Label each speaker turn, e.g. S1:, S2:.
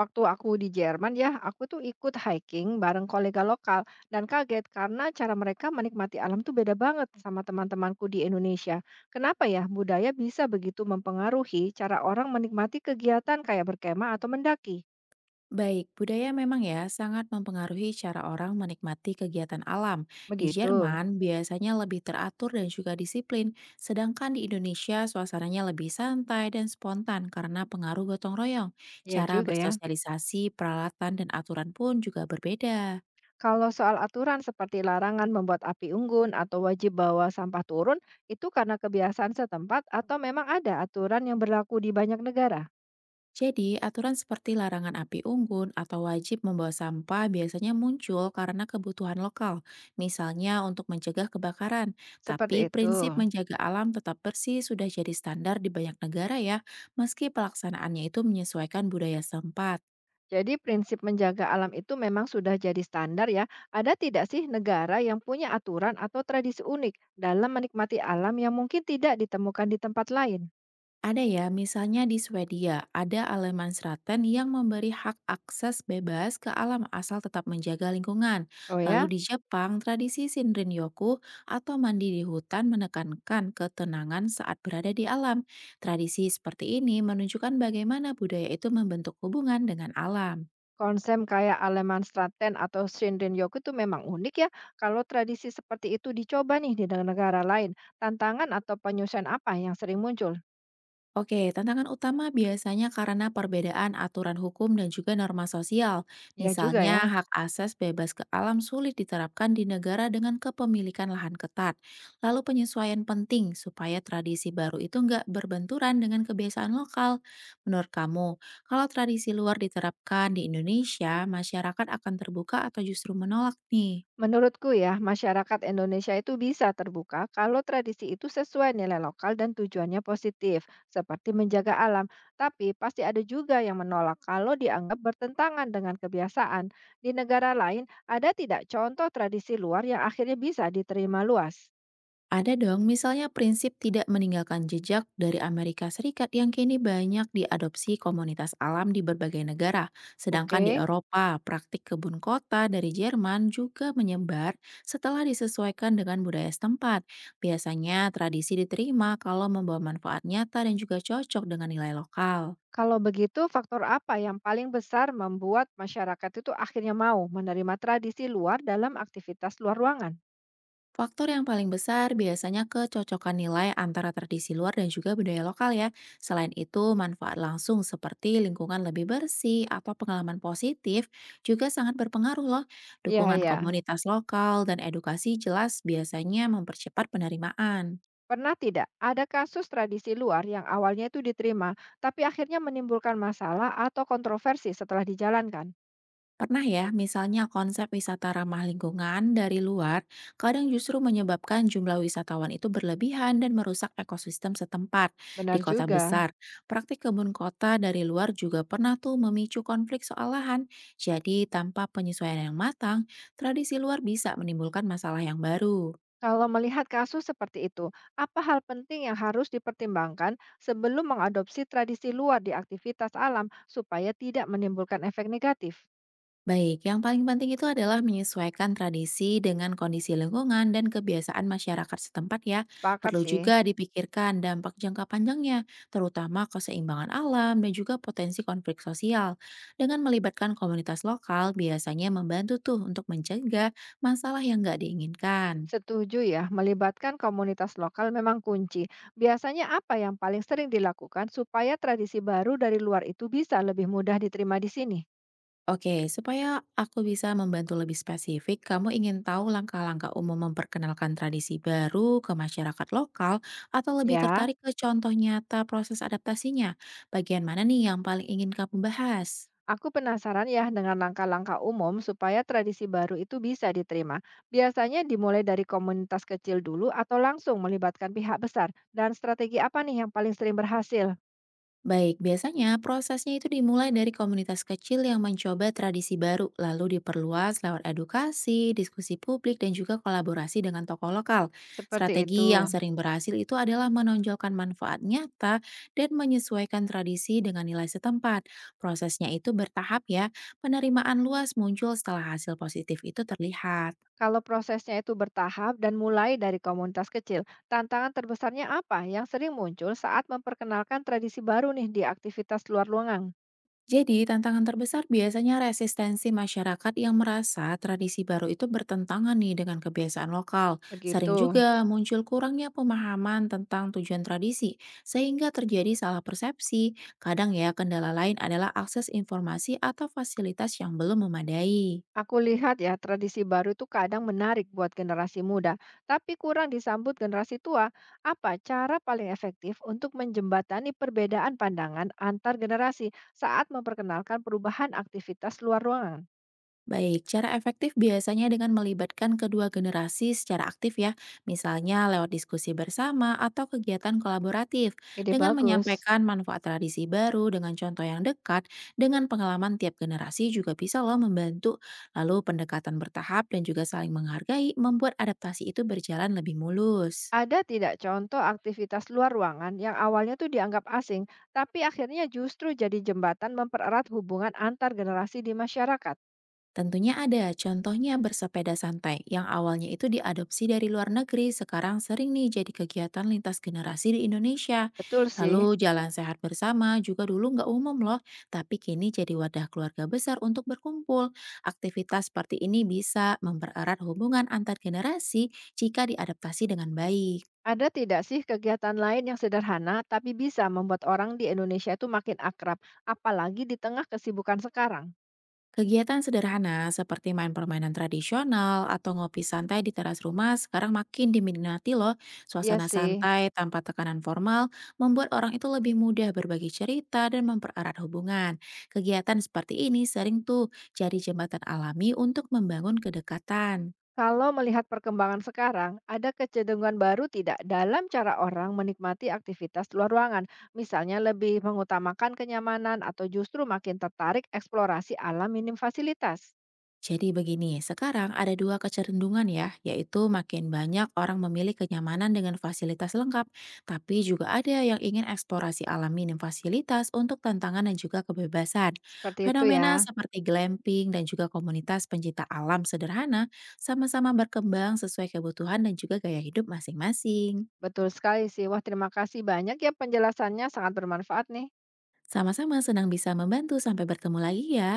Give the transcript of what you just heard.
S1: Waktu aku di Jerman ya, aku tuh ikut hiking bareng kolega lokal dan kaget karena cara mereka menikmati alam tuh beda banget sama teman-temanku di Indonesia. Kenapa ya budaya bisa begitu mempengaruhi cara orang menikmati kegiatan kayak berkemah atau mendaki?
S2: Baik, budaya memang ya sangat mempengaruhi cara orang menikmati kegiatan alam. Di
S1: Begitu.
S2: Jerman biasanya lebih teratur dan juga disiplin, sedangkan di Indonesia suasananya lebih santai dan spontan karena pengaruh gotong royong.
S1: Ya
S2: Cara
S1: juga ya.
S2: bersosialisasi, peralatan, dan aturan pun juga berbeda.
S1: Kalau soal aturan seperti larangan membuat api unggun atau wajib bawa sampah turun, itu karena kebiasaan setempat atau memang ada aturan yang berlaku di banyak negara?
S2: Jadi, aturan seperti larangan api unggun atau wajib membawa sampah biasanya muncul karena kebutuhan lokal, misalnya untuk mencegah kebakaran.
S1: Seperti
S2: Tapi
S1: itu.
S2: prinsip menjaga alam tetap bersih sudah jadi standar di banyak negara ya, meski pelaksanaannya itu menyesuaikan budaya setempat.
S1: Jadi prinsip menjaga alam itu memang sudah jadi standar ya. Ada tidak sih negara yang punya aturan atau tradisi unik dalam menikmati alam yang mungkin tidak ditemukan di tempat lain?
S2: Ada ya, misalnya di Swedia, ada allemansratten yang memberi hak akses bebas ke alam asal tetap menjaga lingkungan.
S1: Oh
S2: Lalu
S1: ya,
S2: di Jepang, tradisi Shinrin-yoku atau mandi di hutan menekankan ketenangan saat berada di alam. Tradisi seperti ini menunjukkan bagaimana budaya itu membentuk hubungan dengan alam.
S1: konsep kayak Alemansstraten atau Shinrin-yoku itu memang unik ya. Kalau tradisi seperti itu dicoba nih di negara lain, tantangan atau penyusuan apa yang sering muncul?
S2: Oke, tantangan utama biasanya karena perbedaan aturan hukum dan juga norma sosial.
S1: Ya juga ya.
S2: Misalnya, hak asas bebas ke alam sulit diterapkan di negara dengan kepemilikan lahan ketat. Lalu penyesuaian penting supaya tradisi baru itu nggak berbenturan dengan kebiasaan lokal. Menurut kamu, kalau tradisi luar diterapkan di Indonesia, masyarakat akan terbuka atau justru menolak nih?
S1: Menurutku ya, masyarakat Indonesia itu bisa terbuka kalau tradisi itu sesuai nilai lokal dan tujuannya positif, seperti menjaga alam. Tapi pasti ada juga yang menolak kalau dianggap bertentangan dengan kebiasaan. Di negara lain, ada tidak contoh tradisi luar yang akhirnya bisa diterima luas?
S2: Ada dong, misalnya prinsip tidak meninggalkan jejak dari Amerika Serikat yang kini banyak diadopsi komunitas alam di berbagai negara. Sedangkan di
S1: Oke,
S2: Eropa, praktik kebun kota dari Jerman juga menyebar setelah disesuaikan dengan budaya setempat. Biasanya tradisi diterima kalau membawa manfaat nyata dan juga cocok dengan nilai lokal.
S1: kalau begitu faktor apa yang paling besar membuat masyarakat itu akhirnya mau menerima tradisi luar dalam aktivitas luar ruangan?
S2: Faktor yang paling besar biasanya kecocokan nilai antara tradisi luar dan juga budaya lokal ya. Selain itu, manfaat langsung seperti lingkungan lebih bersih atau pengalaman positif juga sangat berpengaruh loh.
S1: Iya,
S2: Dukungan
S1: ya.
S2: komunitas lokal dan edukasi jelas biasanya mempercepat penerimaan.
S1: Pernah tidak ada kasus tradisi luar yang awalnya itu diterima, tapi akhirnya menimbulkan masalah atau kontroversi setelah dijalankan?
S2: Pernah ya, misalnya konsep wisata ramah lingkungan dari luar, kadang justru menyebabkan jumlah wisatawan itu berlebihan dan merusak ekosistem setempat. Di
S1: Benar
S2: kota
S1: juga.
S2: besar, praktik kebun kota dari luar juga pernah tuh memicu konflik soal lahan. Jadi, tanpa penyesuaian yang matang, tradisi luar bisa menimbulkan masalah yang baru.
S1: Kalau melihat kasus seperti itu, apa hal penting yang harus dipertimbangkan sebelum mengadopsi tradisi luar di aktivitas alam supaya tidak menimbulkan efek negatif?
S2: Baik, yang paling penting itu adalah menyesuaikan tradisi dengan kondisi lingkungan dan kebiasaan masyarakat setempat ya.
S1: Sepakat
S2: Perlu
S1: sih.
S2: juga dipikirkan dampak jangka panjangnya, terutama keseimbangan alam dan juga potensi konflik sosial. Dengan melibatkan komunitas lokal, biasanya membantu tuh untuk mencegah masalah yang nggak diinginkan.
S1: Setuju ya, melibatkan komunitas lokal memang kunci. Biasanya apa yang paling sering dilakukan supaya tradisi baru dari luar itu bisa lebih mudah diterima di sini?
S2: Oke, supaya aku bisa membantu lebih spesifik, kamu ingin tahu langkah-langkah umum memperkenalkan tradisi baru ke masyarakat lokal atau lebih
S1: Ya.
S2: tertarik ke contoh nyata proses adaptasinya? Bagian mana nih yang paling ingin kamu bahas?
S1: Aku penasaran ya dengan langkah-langkah umum supaya tradisi baru itu bisa diterima. Biasanya dimulai dari komunitas kecil dulu atau langsung melibatkan pihak besar. Dan strategi apa nih yang paling sering berhasil?
S2: Baik, biasanya prosesnya itu dimulai dari komunitas kecil yang mencoba tradisi baru, lalu diperluas lewat edukasi, diskusi publik, dan juga kolaborasi dengan tokoh lokal.
S1: Seperti itu.
S2: Strategi yang sering berhasil itu adalah menonjolkan manfaat nyata dan menyesuaikan tradisi dengan nilai setempat. Prosesnya itu bertahap ya, penerimaan luas muncul setelah hasil positif itu terlihat.
S1: Kalau prosesnya itu bertahap dan mulai dari komunitas kecil, tantangan terbesarnya apa yang sering muncul saat memperkenalkan tradisi baru nih di aktivitas luar ruangan?
S2: Jadi, tantangan terbesar biasanya resistensi masyarakat yang merasa tradisi baru itu bertentangan nih dengan kebiasaan lokal. Sering
S1: Begitu.
S2: juga muncul kurangnya pemahaman tentang tujuan tradisi, sehingga terjadi salah persepsi. Kadang ya, kendala lain adalah akses informasi atau fasilitas yang belum memadai.
S1: Aku lihat ya, tradisi baru itu kadang menarik buat generasi muda, tapi kurang disambut generasi tua. Apa cara paling efektif untuk menjembatani perbedaan pandangan antar generasi saat memperkenalkan perubahan aktivitas luar ruangan?
S2: Baik, cara efektif biasanya dengan melibatkan kedua generasi secara aktif ya, misalnya lewat diskusi bersama atau kegiatan kolaboratif,
S1: Ide
S2: dengan
S1: bagus.
S2: menyampaikan manfaat tradisi baru dengan contoh yang dekat, dengan pengalaman tiap generasi juga bisa loh membantu. Lalu pendekatan bertahap dan juga saling menghargai membuat adaptasi itu berjalan lebih mulus.
S1: Ada tidak contoh aktivitas luar ruangan yang awalnya tuh dianggap asing, tapi akhirnya justru jadi jembatan mempererat hubungan antar generasi di masyarakat?
S2: Tentunya ada, contohnya bersepeda santai, yang awalnya itu diadopsi dari luar negeri, sekarang sering nih jadi kegiatan lintas generasi di Indonesia.
S1: Betul sih.
S2: Lalu jalan sehat bersama juga dulu nggak umum loh, tapi kini jadi wadah keluarga besar untuk berkumpul. Aktivitas seperti ini bisa mempererat hubungan antar generasi jika diadaptasi dengan baik.
S1: Ada tidak sih kegiatan lain yang sederhana tapi bisa membuat orang di Indonesia itu makin akrab, apalagi di tengah kesibukan sekarang?
S2: Kegiatan sederhana seperti main permainan tradisional atau ngopi santai di teras rumah sekarang makin diminati loh.
S1: Iya
S2: Suasana
S1: sih.
S2: santai tanpa tekanan formal membuat orang itu lebih mudah berbagi cerita dan mempererat hubungan. Kegiatan seperti ini sering tuh jadi jembatan alami untuk membangun kedekatan.
S1: Kalau melihat perkembangan sekarang, ada kecenderungan baru tidak dalam cara orang menikmati aktivitas luar ruangan, misalnya lebih mengutamakan kenyamanan atau justru makin tertarik eksplorasi alam minim fasilitas.
S2: Jadi begini, sekarang ada dua kecenderungan ya, yaitu makin banyak orang memilih kenyamanan dengan fasilitas lengkap, tapi juga ada yang ingin eksplorasi alami dan fasilitas untuk tantangan dan juga kebebasan.
S1: Seperti itu ya.
S2: Fenomena seperti glamping dan juga komunitas pencinta alam sederhana sama-sama berkembang sesuai kebutuhan dan juga gaya hidup masing-masing.
S1: Betul sekali sih. Wah, terima kasih banyak ya penjelasannya sangat bermanfaat nih.
S2: Sama-sama senang bisa membantu, sampai bertemu lagi ya.